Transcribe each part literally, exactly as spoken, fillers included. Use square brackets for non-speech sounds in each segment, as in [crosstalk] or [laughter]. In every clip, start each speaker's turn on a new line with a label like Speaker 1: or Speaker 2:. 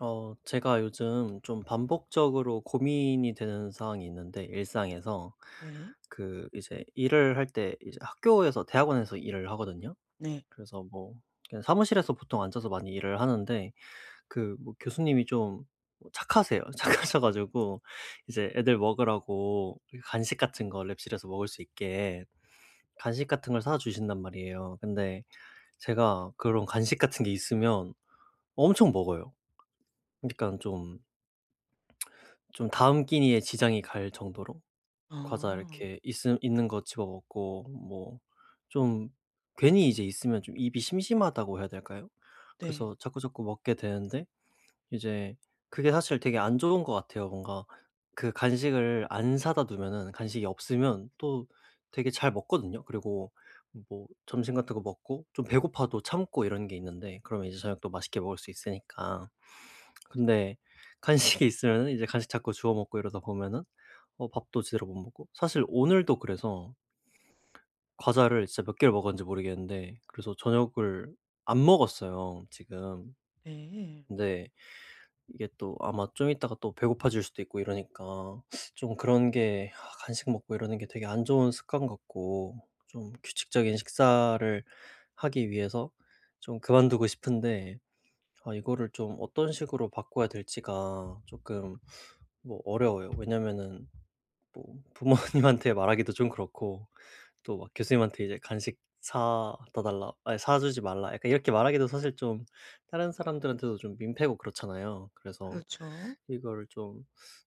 Speaker 1: 어, 제가 요즘 좀 반복적으로 고민이 되는 사항이 있는데, 일상에서.
Speaker 2: 네.
Speaker 1: 그, 이제 일을 할 때, 이제 학교에서, 대학원에서 일을 하거든요.
Speaker 2: 네.
Speaker 1: 그래서 뭐, 그냥 사무실에서 보통 앉아서 많이 일을 하는데, 그, 뭐 교수님이 좀뭐 착하세요. [laughs] 착하셔가지고, 이제 애들 먹으라고 간식 같은 거 랩실에서 먹을 수 있게 간식 같은 걸 사주신단 말이에요. 근데 제가 그런 간식 같은 게 있으면 엄청 먹어요. 그러니까 좀, 좀 다음 끼니에 지장이 갈 정도로 과자
Speaker 2: 아.
Speaker 1: 이렇게 있음 있는 거 집어 먹고 뭐 좀 괜히 이제 있으면 좀 입이 심심하다고 해야 될까요?
Speaker 2: 네.
Speaker 1: 그래서 자꾸자꾸 먹게 되는데 이제 그게 사실 되게 안 좋은 것 같아요. 뭔가 그 간식을 안 사다 두면은 간식이 없으면 또 되게 잘 먹거든요. 그리고 뭐 점심 같은 거 먹고 좀 배고파도 참고 이런 게 있는데 그러면 이제 저녁도 맛있게 먹을 수 있으니까. 근데 간식이 있으면은 이제 간식 자꾸 주워 먹고 이러다 보면은 어 밥도 제대로 못 먹고 사실 오늘도 그래서 과자를 진짜 몇 개를 먹었는지 모르겠는데 그래서 저녁을 안 먹었어요 지금.
Speaker 2: 네.
Speaker 1: 근데 이게 또 아마 좀 있다가 또 배고파질 수도 있고 이러니까 좀 그런 게 아 간식 먹고 이러는 게 되게 안 좋은 습관 같고 좀 규칙적인 식사를 하기 위해서 좀 그만두고 싶은데 아 이거를 좀 어떤 식으로 바꿔야 될지가 조금 뭐 어려워요. 왜냐면은 뭐 부모님한테 [laughs] 말하기도 좀 그렇고 또 막 교수님한테 이제 "간식 사다 달라." 아니 "사 주지 말라." 약간 이렇게 말하기도 사실 좀 다른 사람들한테도 좀 민폐고 그렇잖아요. 그래서
Speaker 2: 그렇죠.
Speaker 1: 이거를 좀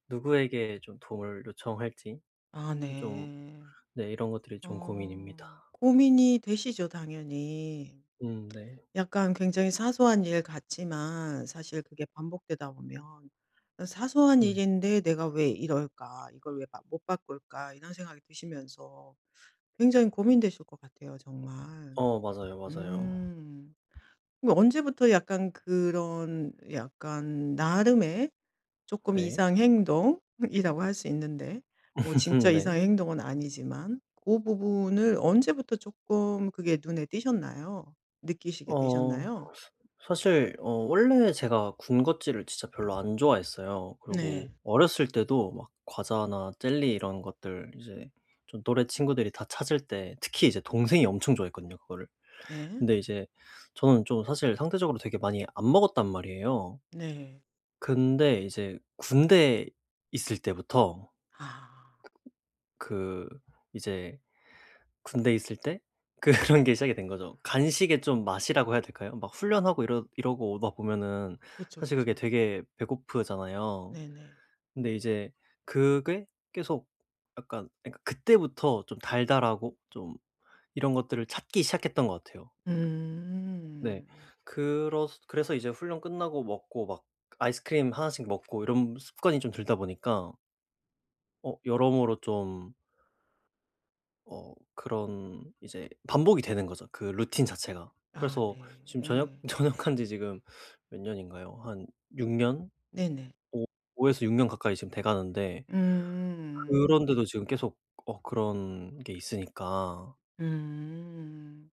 Speaker 1: 누구에게 좀 도움을 요청할지
Speaker 2: 아
Speaker 1: 좀
Speaker 2: 네.
Speaker 1: 네 이런 것들이 좀 고민입니다.
Speaker 2: 어. 고민이 되시죠 당연히.
Speaker 1: 음 네.
Speaker 2: 약간 굉장히 사소한 일 같지만 사실 그게 반복되다 보면 '사소한
Speaker 1: 음.
Speaker 2: 일인데 내가 왜 이럴까? 이걸 왜 못 바꿀까?' 이런 생각이 드시면서 굉장히 고민되실 것 같아요 정말.
Speaker 1: 어 맞아요, 맞아요.
Speaker 2: 음. 그럼 언제부터 약간 그런 약간 나름의 조금
Speaker 1: 네.
Speaker 2: 이상 행동이라고 할 수 있는데 뭐 진짜
Speaker 1: [laughs]
Speaker 2: 이
Speaker 1: 네.
Speaker 2: 상 행동은 아니지만 그 부분을 언제부터 조금 그게 눈에 띄셨나요? 느끼시게
Speaker 1: 어
Speaker 2: 되셨나요?
Speaker 1: 사실 어 원래 제가 군 것질을 진짜 별로 안 좋아했어요.
Speaker 2: 네.
Speaker 1: 그리고 어렸을 때도 막 과자나 젤리 이런 것들 이제 좀 또래 친구들이 다 찾을 때 특히 이제 동생이 엄청 좋아했거든요 그거를.
Speaker 2: 네.
Speaker 1: 근데 이제 저는 좀 사실 상대적으로 되게 많이 안 먹었단 말이에요.
Speaker 2: 네.
Speaker 1: 근데 이제 군대에 있을 때부터
Speaker 2: 아.
Speaker 1: 그 이제 군대에 있을 때 [laughs] 그런 게 시작이 된 거죠. 간식의 좀 맛이라고 해야 될까요? 막 훈련하고 이러 이러고 오다 보면은
Speaker 2: 그쵸,
Speaker 1: 사실 그게
Speaker 2: 그쵸.
Speaker 1: 되게 배고프잖아요.
Speaker 2: 네네.
Speaker 1: 근데 이제 그게 계속 약간 그러니까 그때부터 좀 달달하고 좀 이런 것들을 찾기 시작했던 것 같아요. 네.
Speaker 2: 음.
Speaker 1: 그 그래서 이제 훈련 끝나고 먹고 막 아이스크림 하나씩 먹고 이런 습관이 좀 들다 보니까 어 여러모로 좀 어 그런 이제 반복이 되는 거죠 그 루틴 자체가.
Speaker 2: 아
Speaker 1: 그래서
Speaker 2: 네.
Speaker 1: 지금 전역 전역한 [laughs] 지 지금 몇 년인가요? 한 육 년?
Speaker 2: 네네.
Speaker 1: 오에서 육 년 가까이 지금 돼 가는데,
Speaker 2: 음.
Speaker 1: 그런데도 지금 계속 어 그런 게 있으니까.
Speaker 2: 음.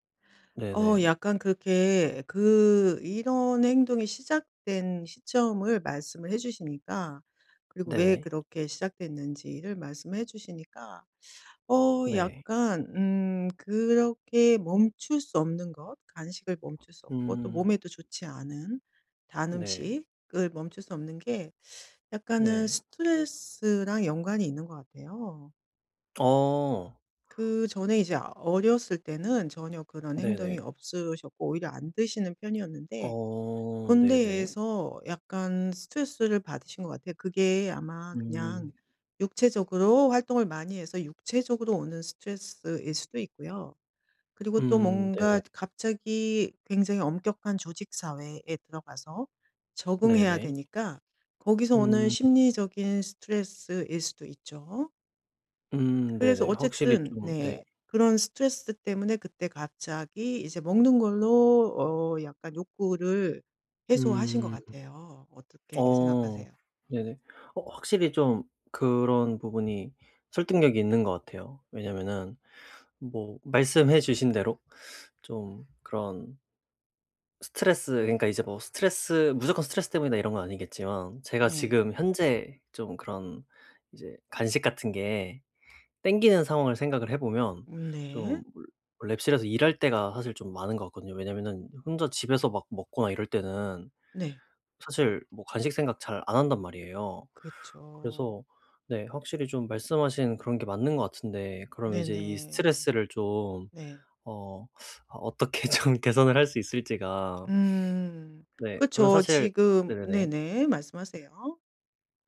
Speaker 2: 어
Speaker 1: 네네.
Speaker 2: 약간 그렇게 그 이런 행동이 시작된 시점을 말씀을 해 주시니까 그리고 왜
Speaker 1: 네네.
Speaker 2: 그렇게 시작됐는지를 말씀해 주시니까 어
Speaker 1: 네.
Speaker 2: 약간 음 그렇게 멈출 수 없는 것 간식을 멈출 수 없고 또
Speaker 1: 음.
Speaker 2: 몸에도 좋지 않은 단
Speaker 1: 네.
Speaker 2: 음식을 멈출 수 없는 게 약간은
Speaker 1: 네.
Speaker 2: 스트레스랑 연관이 있는 것 같아요.
Speaker 1: 어.
Speaker 2: 그전에 이제 어렸을 때는 전혀 그런 행동이
Speaker 1: 네네.
Speaker 2: 없으셨고 오히려 안 드시는 편이었는데
Speaker 1: 어 네네.
Speaker 2: 군대에서 약간 스트레스를 받으신 것 같아요. 그게 아마 그냥
Speaker 1: 음.
Speaker 2: 육체적으로 활동을 많이 해서 육체적으로 오는 스트레스일 수도 있고요. 그리고 또
Speaker 1: 음
Speaker 2: 뭔가
Speaker 1: 네네.
Speaker 2: 갑자기 굉장히 엄격한 조직 사회에 들어가서 적응해야
Speaker 1: 네네.
Speaker 2: 되니까 거기서 오는
Speaker 1: 음.
Speaker 2: 심리적인 스트레스일 수도 있죠.
Speaker 1: 음
Speaker 2: 그래서
Speaker 1: 네네. 확실히
Speaker 2: 어쨌든
Speaker 1: 좀 네.
Speaker 2: 네. 그런 스트레스 때문에 그때 갑자기 이제 먹는 걸로 어 약간 욕구를 해소하신 것
Speaker 1: 음.
Speaker 2: 같아요. 어떻게
Speaker 1: 어.
Speaker 2: 생각하세요?
Speaker 1: 네네. 어 확실히 좀 그런 부분이 설득력이 있는 것 같아요. 왜냐면은 뭐 말씀해 주신 대로 좀 그런 스트레스, 그러니까 이제 뭐 스트레스, 무조건 스트레스 때문이다 이런 건 아니겠지만 제가
Speaker 2: 네.
Speaker 1: 지금 현재 좀 그런 이제 간식 같은 게 땡기는 상황을 생각을 해 보면
Speaker 2: 음 네.
Speaker 1: 좀 올 랩실에서 일할 때가 사실 좀 많은 것 같거든요. 왜냐면은 혼자 집에서 막 먹거나 이럴 때는
Speaker 2: 네.
Speaker 1: 사실 뭐 간식 생각 잘 안 한단 말이에요.
Speaker 2: 그렇죠
Speaker 1: 그래서 네 확실히 좀 말씀하신 그런 게 맞는 것 같은데 그럼 이제 이
Speaker 2: 네네.
Speaker 1: 스트레스를 좀
Speaker 2: 네.
Speaker 1: 어 아 어떻게 좀 [laughs] 개선을 할 수 있을지가.
Speaker 2: 음.
Speaker 1: 네 그럼
Speaker 2: 그쵸.
Speaker 1: 사실
Speaker 2: 지금
Speaker 1: 네네네.
Speaker 2: 네네. 말씀하세요.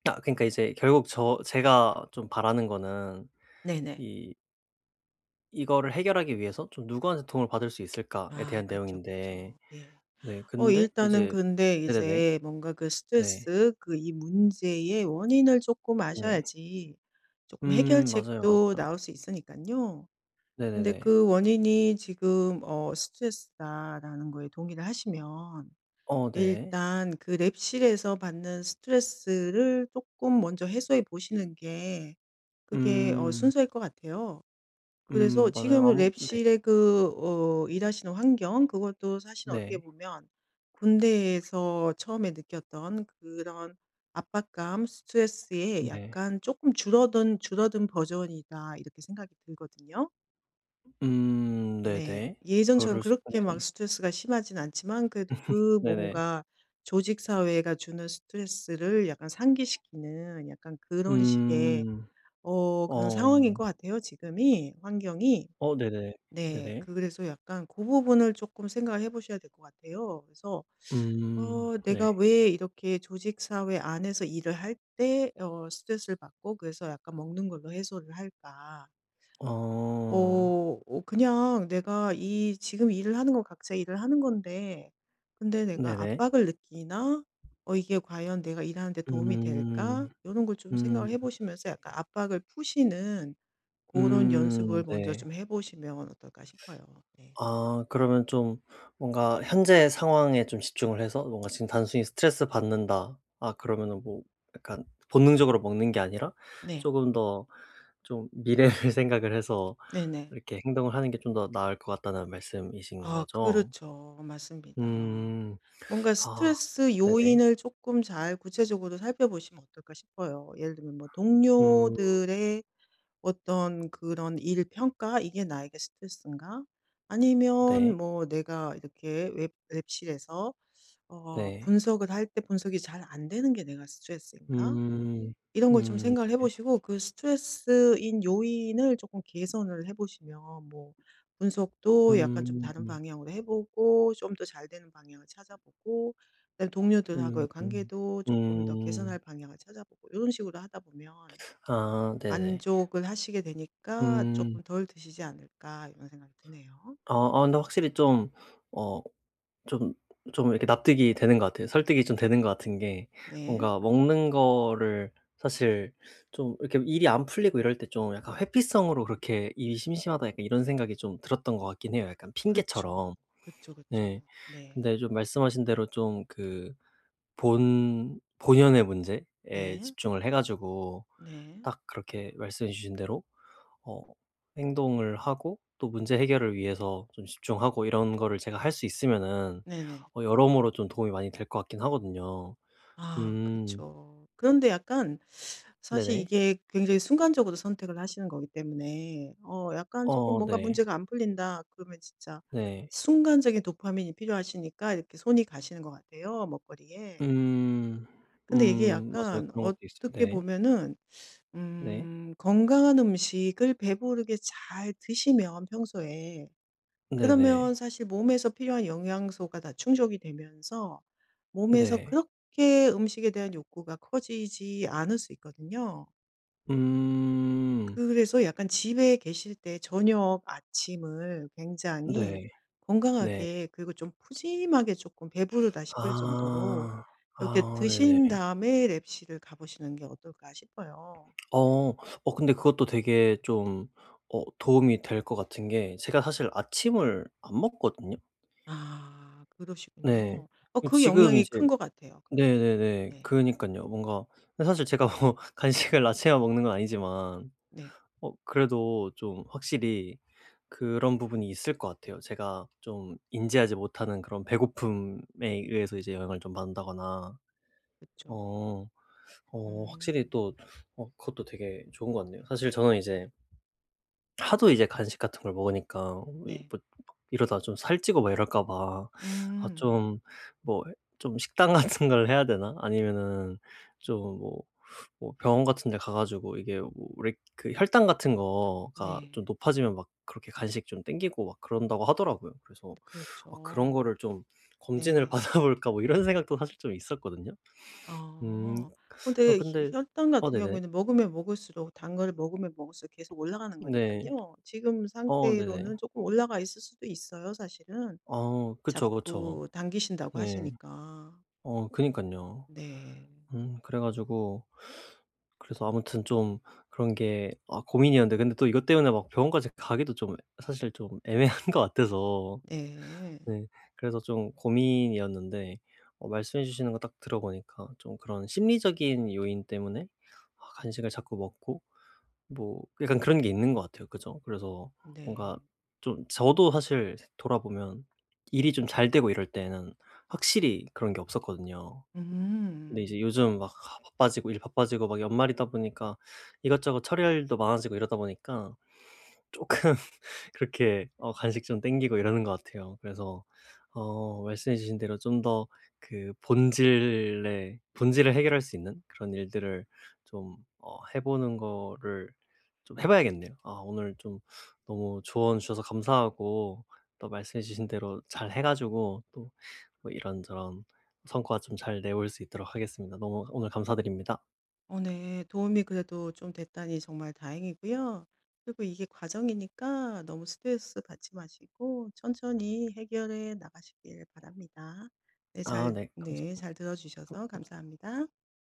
Speaker 1: 아 그러니까 이제 결국 저 제가 좀 바라는 거는
Speaker 2: 네네.
Speaker 1: 이 '이거를 해결하기 위해서 좀 누구한테 도움을 받을 수 있을까?'에
Speaker 2: 아
Speaker 1: 대한
Speaker 2: 그쵸,
Speaker 1: 내용인데
Speaker 2: 그쵸. 예.
Speaker 1: 네
Speaker 2: 어
Speaker 1: 근데
Speaker 2: 일단은
Speaker 1: 이제
Speaker 2: 근데
Speaker 1: 네네네.
Speaker 2: 이제 뭔가 그
Speaker 1: 네.
Speaker 2: 스트레스 그 이 문제의 원인을 조금
Speaker 1: 네.
Speaker 2: 아셔야지 조금
Speaker 1: 음 맞아요,
Speaker 2: 해결책도 나올
Speaker 1: 맞아요.
Speaker 2: 수 있으니까요 근데
Speaker 1: 네네네.
Speaker 2: 그 원인이 지금 어 스트레스다라는 거에 동의를 하시면
Speaker 1: 어 네.
Speaker 2: 일단 그 랩실에서 받는 스트레스를 조금 먼저 해소해 보시는 게 그게 어
Speaker 1: 음.
Speaker 2: 순서일 것 같아요. 그래서
Speaker 1: 음
Speaker 2: 지금
Speaker 1: 맞아요. 아무 네.
Speaker 2: 랩실의 그 어 일하시는 환경 그것도 사실 어떻게
Speaker 1: 네.
Speaker 2: 보면 군대에서 처음에 느꼈던 그런 압박감, 스트레스에
Speaker 1: 네.
Speaker 2: 약간 조금 줄어든 줄어든 버전이다 이렇게 생각이 들거든요.
Speaker 1: 음
Speaker 2: 네.
Speaker 1: 네네.
Speaker 2: 예전처럼
Speaker 1: 그럴 수
Speaker 2: 그렇게
Speaker 1: 네네.
Speaker 2: 막 스트레스가 심하진 않지만 그래도 그
Speaker 1: 네네.
Speaker 2: 뭔가 조직 사회가 주는 스트레스를 약간 상기시키는 약간 그런 식의
Speaker 1: 음.
Speaker 2: 어 그런 상황인 것
Speaker 1: 어.
Speaker 2: 같아요 지금이 환경이.
Speaker 1: 어 네네.
Speaker 2: 네.
Speaker 1: 네네.
Speaker 2: 그래서 약간 그 부분을 조금 생각을 해 보셔야 될 것 같아요. 그래서
Speaker 1: 음
Speaker 2: 어
Speaker 1: 네.
Speaker 2: 내가 왜 이렇게 조직 사회 안에서 일을 할 때 어 스트레스를 받고 그래서 약간 먹는 걸로 해소를 할까?
Speaker 1: 어.
Speaker 2: 어 어 그냥 내가 이 지금 일을 하는 건 각자 일을 하는 건데 근데 내가
Speaker 1: 네네.
Speaker 2: 압박을 느끼나? 어 이게 과연 내가 일하는 데 도움이 될까?
Speaker 1: 음.
Speaker 2: 이런 걸 좀
Speaker 1: 음.
Speaker 2: 생각을 해 보시면서 약간 압박을 푸시는 고런 연습을
Speaker 1: 음
Speaker 2: 먼저
Speaker 1: 네.
Speaker 2: 좀 해 보시면 어떨까 싶어요. 네.
Speaker 1: 아 그러면 좀 뭔가 현재 상황에 좀 집중을 해서 뭔가 지금 단순히 '스트레스 받는다.' 아 그러면은 뭐 약간 본능적으로 먹는 게 아니라
Speaker 2: 네.
Speaker 1: 조금 더 좀 미래를 [laughs] 생각을 해서
Speaker 2: 네네.
Speaker 1: 이렇게 행동을 하는 게 좀 더 나을 것 같다는 말씀이신
Speaker 2: 아
Speaker 1: 거죠?
Speaker 2: 그렇죠. 맞습니다.
Speaker 1: 음.
Speaker 2: 뭔가
Speaker 1: 아
Speaker 2: 스트레스
Speaker 1: 네네.
Speaker 2: 요인을 조금 잘 구체적으로 살펴보시면 어떨까 싶어요. 예를 들면 뭐
Speaker 1: 음
Speaker 2: 동료들의 어떤 그런 일 평가 '이게 나에게 스트레스인가?'
Speaker 1: 네.
Speaker 2: 아니면 뭐 내가 이렇게 웹 웹실에서 어
Speaker 1: 네.
Speaker 2: 분석을 할 때 분석이 잘 안 되는 게 '내가 스트레스인가?'
Speaker 1: 음.
Speaker 2: 이런 걸 좀
Speaker 1: 음.
Speaker 2: 생각을 해 보시고 그 스트레스인 요인을 조금 개선을 해 보시면 뭐 분석도 약간 좀
Speaker 1: 음.
Speaker 2: 다른 방향으로 해 보고 좀 더 잘 되는 방향을 찾아보고 그다음에
Speaker 1: 음.
Speaker 2: 동료들하고의
Speaker 1: 음.
Speaker 2: 관계도 조금 더 개선할
Speaker 1: 음.
Speaker 2: 방향을 찾아보고 이런 식으로 하다 보면
Speaker 1: 아 네네.
Speaker 2: '만족을 하시게 되니까
Speaker 1: 음.
Speaker 2: 조금 덜 드시지 않을까.' 이런 생각이 드네요.
Speaker 1: 아 아 근데 확실히 좀어 좀 좀 이렇게 납득이 되는 것 같아요. 설득이 좀 되는 것 같은 게
Speaker 2: 네.
Speaker 1: 뭔가 먹는 거를 사실 좀 이렇게 일이 안 풀리고 이럴 때 좀 약간 '회피성으로 그렇게 일이 심심하다.' 약간 이런 생각이 좀 들었던 것 같긴 해요, 약간
Speaker 2: 그렇죠.
Speaker 1: 핑계처럼.
Speaker 2: 그렇죠 그렇죠
Speaker 1: 네.
Speaker 2: 네.
Speaker 1: 근데 좀 말씀하신 대로 좀 그 본 본연의 문제에
Speaker 2: 네.
Speaker 1: 집중을 해 가지고
Speaker 2: 네.
Speaker 1: 딱 그렇게 말씀해 주신 대로 어 행동을 하고 또 문제 해결을 위해서 좀 집중하고 이런 거를 제가 할 수 있으면은
Speaker 2: 네네.
Speaker 1: 어 여러모로 좀 도움이 많이 될 것 같긴 하거든요.
Speaker 2: 아그
Speaker 1: 음
Speaker 2: 죠 그런데 약간 사실
Speaker 1: 네네.
Speaker 2: 이게 굉장히 순간적으로 선택을 하시는 거기 때문에 어 약간 조금
Speaker 1: 어
Speaker 2: 뭔가
Speaker 1: 네.
Speaker 2: 문제가 안 풀린다 그러면 진짜
Speaker 1: 네.
Speaker 2: 순간적인 도파민이 필요하시니까 이렇게 손이 가시는 것 같아요, 먹거리에.
Speaker 1: 음.
Speaker 2: 근데 이게
Speaker 1: 음 맞아요.
Speaker 2: 약간
Speaker 1: 그런 것도 있어요.
Speaker 2: 어떻게
Speaker 1: 네.
Speaker 2: 보면은
Speaker 1: 네.
Speaker 2: 음 건강한 음식을 배부르게 잘 드시면 평소에 그러면
Speaker 1: 네네.
Speaker 2: 사실 몸에서 필요한 영양소가 다 충족이 되면서 몸에서
Speaker 1: 네.
Speaker 2: 그렇게 음식에 대한 욕구가 커지지 않을 수 있거든요.
Speaker 1: 음.
Speaker 2: 그래서 약간 집에 계실 때 저녁, 아침을 굉장히
Speaker 1: 네. 네.
Speaker 2: 건강하게 그리고 좀 푸짐하게 조금 배부르다 싶을 정도로
Speaker 1: 아.
Speaker 2: 이렇게
Speaker 1: 아 네네.
Speaker 2: 드신 다음에 랩실을 가보시는 게 어떨까 싶어요.
Speaker 1: 어. 어 근데 그것도 되게 좀 어 도움이 될 것 같은 게 제가 사실 아침을 안 먹거든요.
Speaker 2: 아,
Speaker 1: 네.
Speaker 2: 그러시군요. 어,
Speaker 1: 그
Speaker 2: 그
Speaker 1: 지금
Speaker 2: 영향이
Speaker 1: 이제
Speaker 2: 큰 것 같아요, 그러면.
Speaker 1: 네네네.
Speaker 2: 네,
Speaker 1: 그니까요 뭔가 근데 사실 제가 뭐 [laughs] 간식을 아침에 먹는 건 아니지만
Speaker 2: 네,
Speaker 1: 어 그래도 좀 확실히 그런 부분이 있을 것 같아요. 제가 좀 인지하지 못하는 그런 배고픔에 의해서 이제 영향을 좀 받는다거나.
Speaker 2: 그렇죠.
Speaker 1: 어. 어 확실히
Speaker 2: 음.
Speaker 1: 또 어 그것도 되게 좋은 것 같네요. 사실 저는 이제 하도 이제 간식 같은 걸 먹으니까 이
Speaker 2: 네.
Speaker 1: 뭐 이러다 좀 살찌고 막 이럴까 봐 아
Speaker 2: 음.
Speaker 1: 좀 뭐 좀 식단 [laughs] 같은 걸 해야 되나? 아니면은 좀 뭐 뭐 병원 같은 데 가 가지고 이게 뭐 우리 그 혈당 같은 거가
Speaker 2: 네.
Speaker 1: 좀 높아지면 막 그렇게 간식 좀 땡기고 막 그런다고 하더라고요. 그래서 아 그런
Speaker 2: 그렇죠.
Speaker 1: 거를 좀 '검진을 [laughs]
Speaker 2: 네네.
Speaker 1: 받아 볼까?' 뭐 이런 생각도 사실 좀 있었거든요. 음.
Speaker 2: 아.
Speaker 1: 아
Speaker 2: 근데 혈
Speaker 1: 근데
Speaker 2: 혈당
Speaker 1: 어
Speaker 2: 같은
Speaker 1: 네네.
Speaker 2: 경우에는 먹으면 먹을수록 단 거를 먹으면 먹을수록 계속 올라가는 거니까
Speaker 1: 네.
Speaker 2: 요 지금
Speaker 1: 어 네네.
Speaker 2: 상태로는 조금 올라가 있을 수도 있어요 사실은.
Speaker 1: 어 그쵸, 그쵸.
Speaker 2: 자꾸 당기신다고
Speaker 1: 네.
Speaker 2: 하시니까.
Speaker 1: 어 그니깐요.
Speaker 2: 네.
Speaker 1: 음 그래 가지고 그래서 아무튼 좀 그런 게 아 고민이었는데 근데 또 이것 때문에 막 병원까지 가기도 좀 사실 좀 애매한 [laughs] 것 같아서
Speaker 2: 네.
Speaker 1: 네 그래서 좀 고민이었는데 어 말씀해 주시는 거 딱 들어 보니까 좀 그런 심리적인 요인 때문에 아 간식을 자꾸 먹고 뭐 약간 그런 게 있는 것 같아요. 그죠? 그래서
Speaker 2: 네.
Speaker 1: 뭔가 좀 저도 사실 돌아보면 일이 좀 잘 되고 이럴 때는 확실히 그런 게 없었거든요. 근데 이제
Speaker 2: 음.
Speaker 1: 요즘 막 바빠지고 일 바빠지고 막 연말이다 보니까 이것저것 처리할 일도 많아지고 이러다 보니까 쪼끔 [laughs] 그렇게 어 간식 좀 땡기고 이러는 것 같아요. 그래서 어 말씀해 주신 대로 좀 더 그 본질의 본질을 해결할 수 있는 그런 일들을 좀 어 해 보는 거를 좀 해 봐야겠네요. 아 오늘 좀 너무 조언 주셔서 감사하고 또 말씀해 주신 대로 잘 해 가지고 또 뭐 이런저런 성과 좀 잘 내볼 수 있도록 하겠습니다. 너무 오늘 감사드립니다.
Speaker 2: 어 네. 도움이 그래도 좀 됐다니 정말 다행이고요. 그리고 이게 과정이니까 너무 스트레스 받지 마시고 천천히 해결해 나가시길 바랍니다. 네
Speaker 1: 아
Speaker 2: 잘
Speaker 1: 네. 감
Speaker 2: 네 잘 들어 주셔서 감사합니다.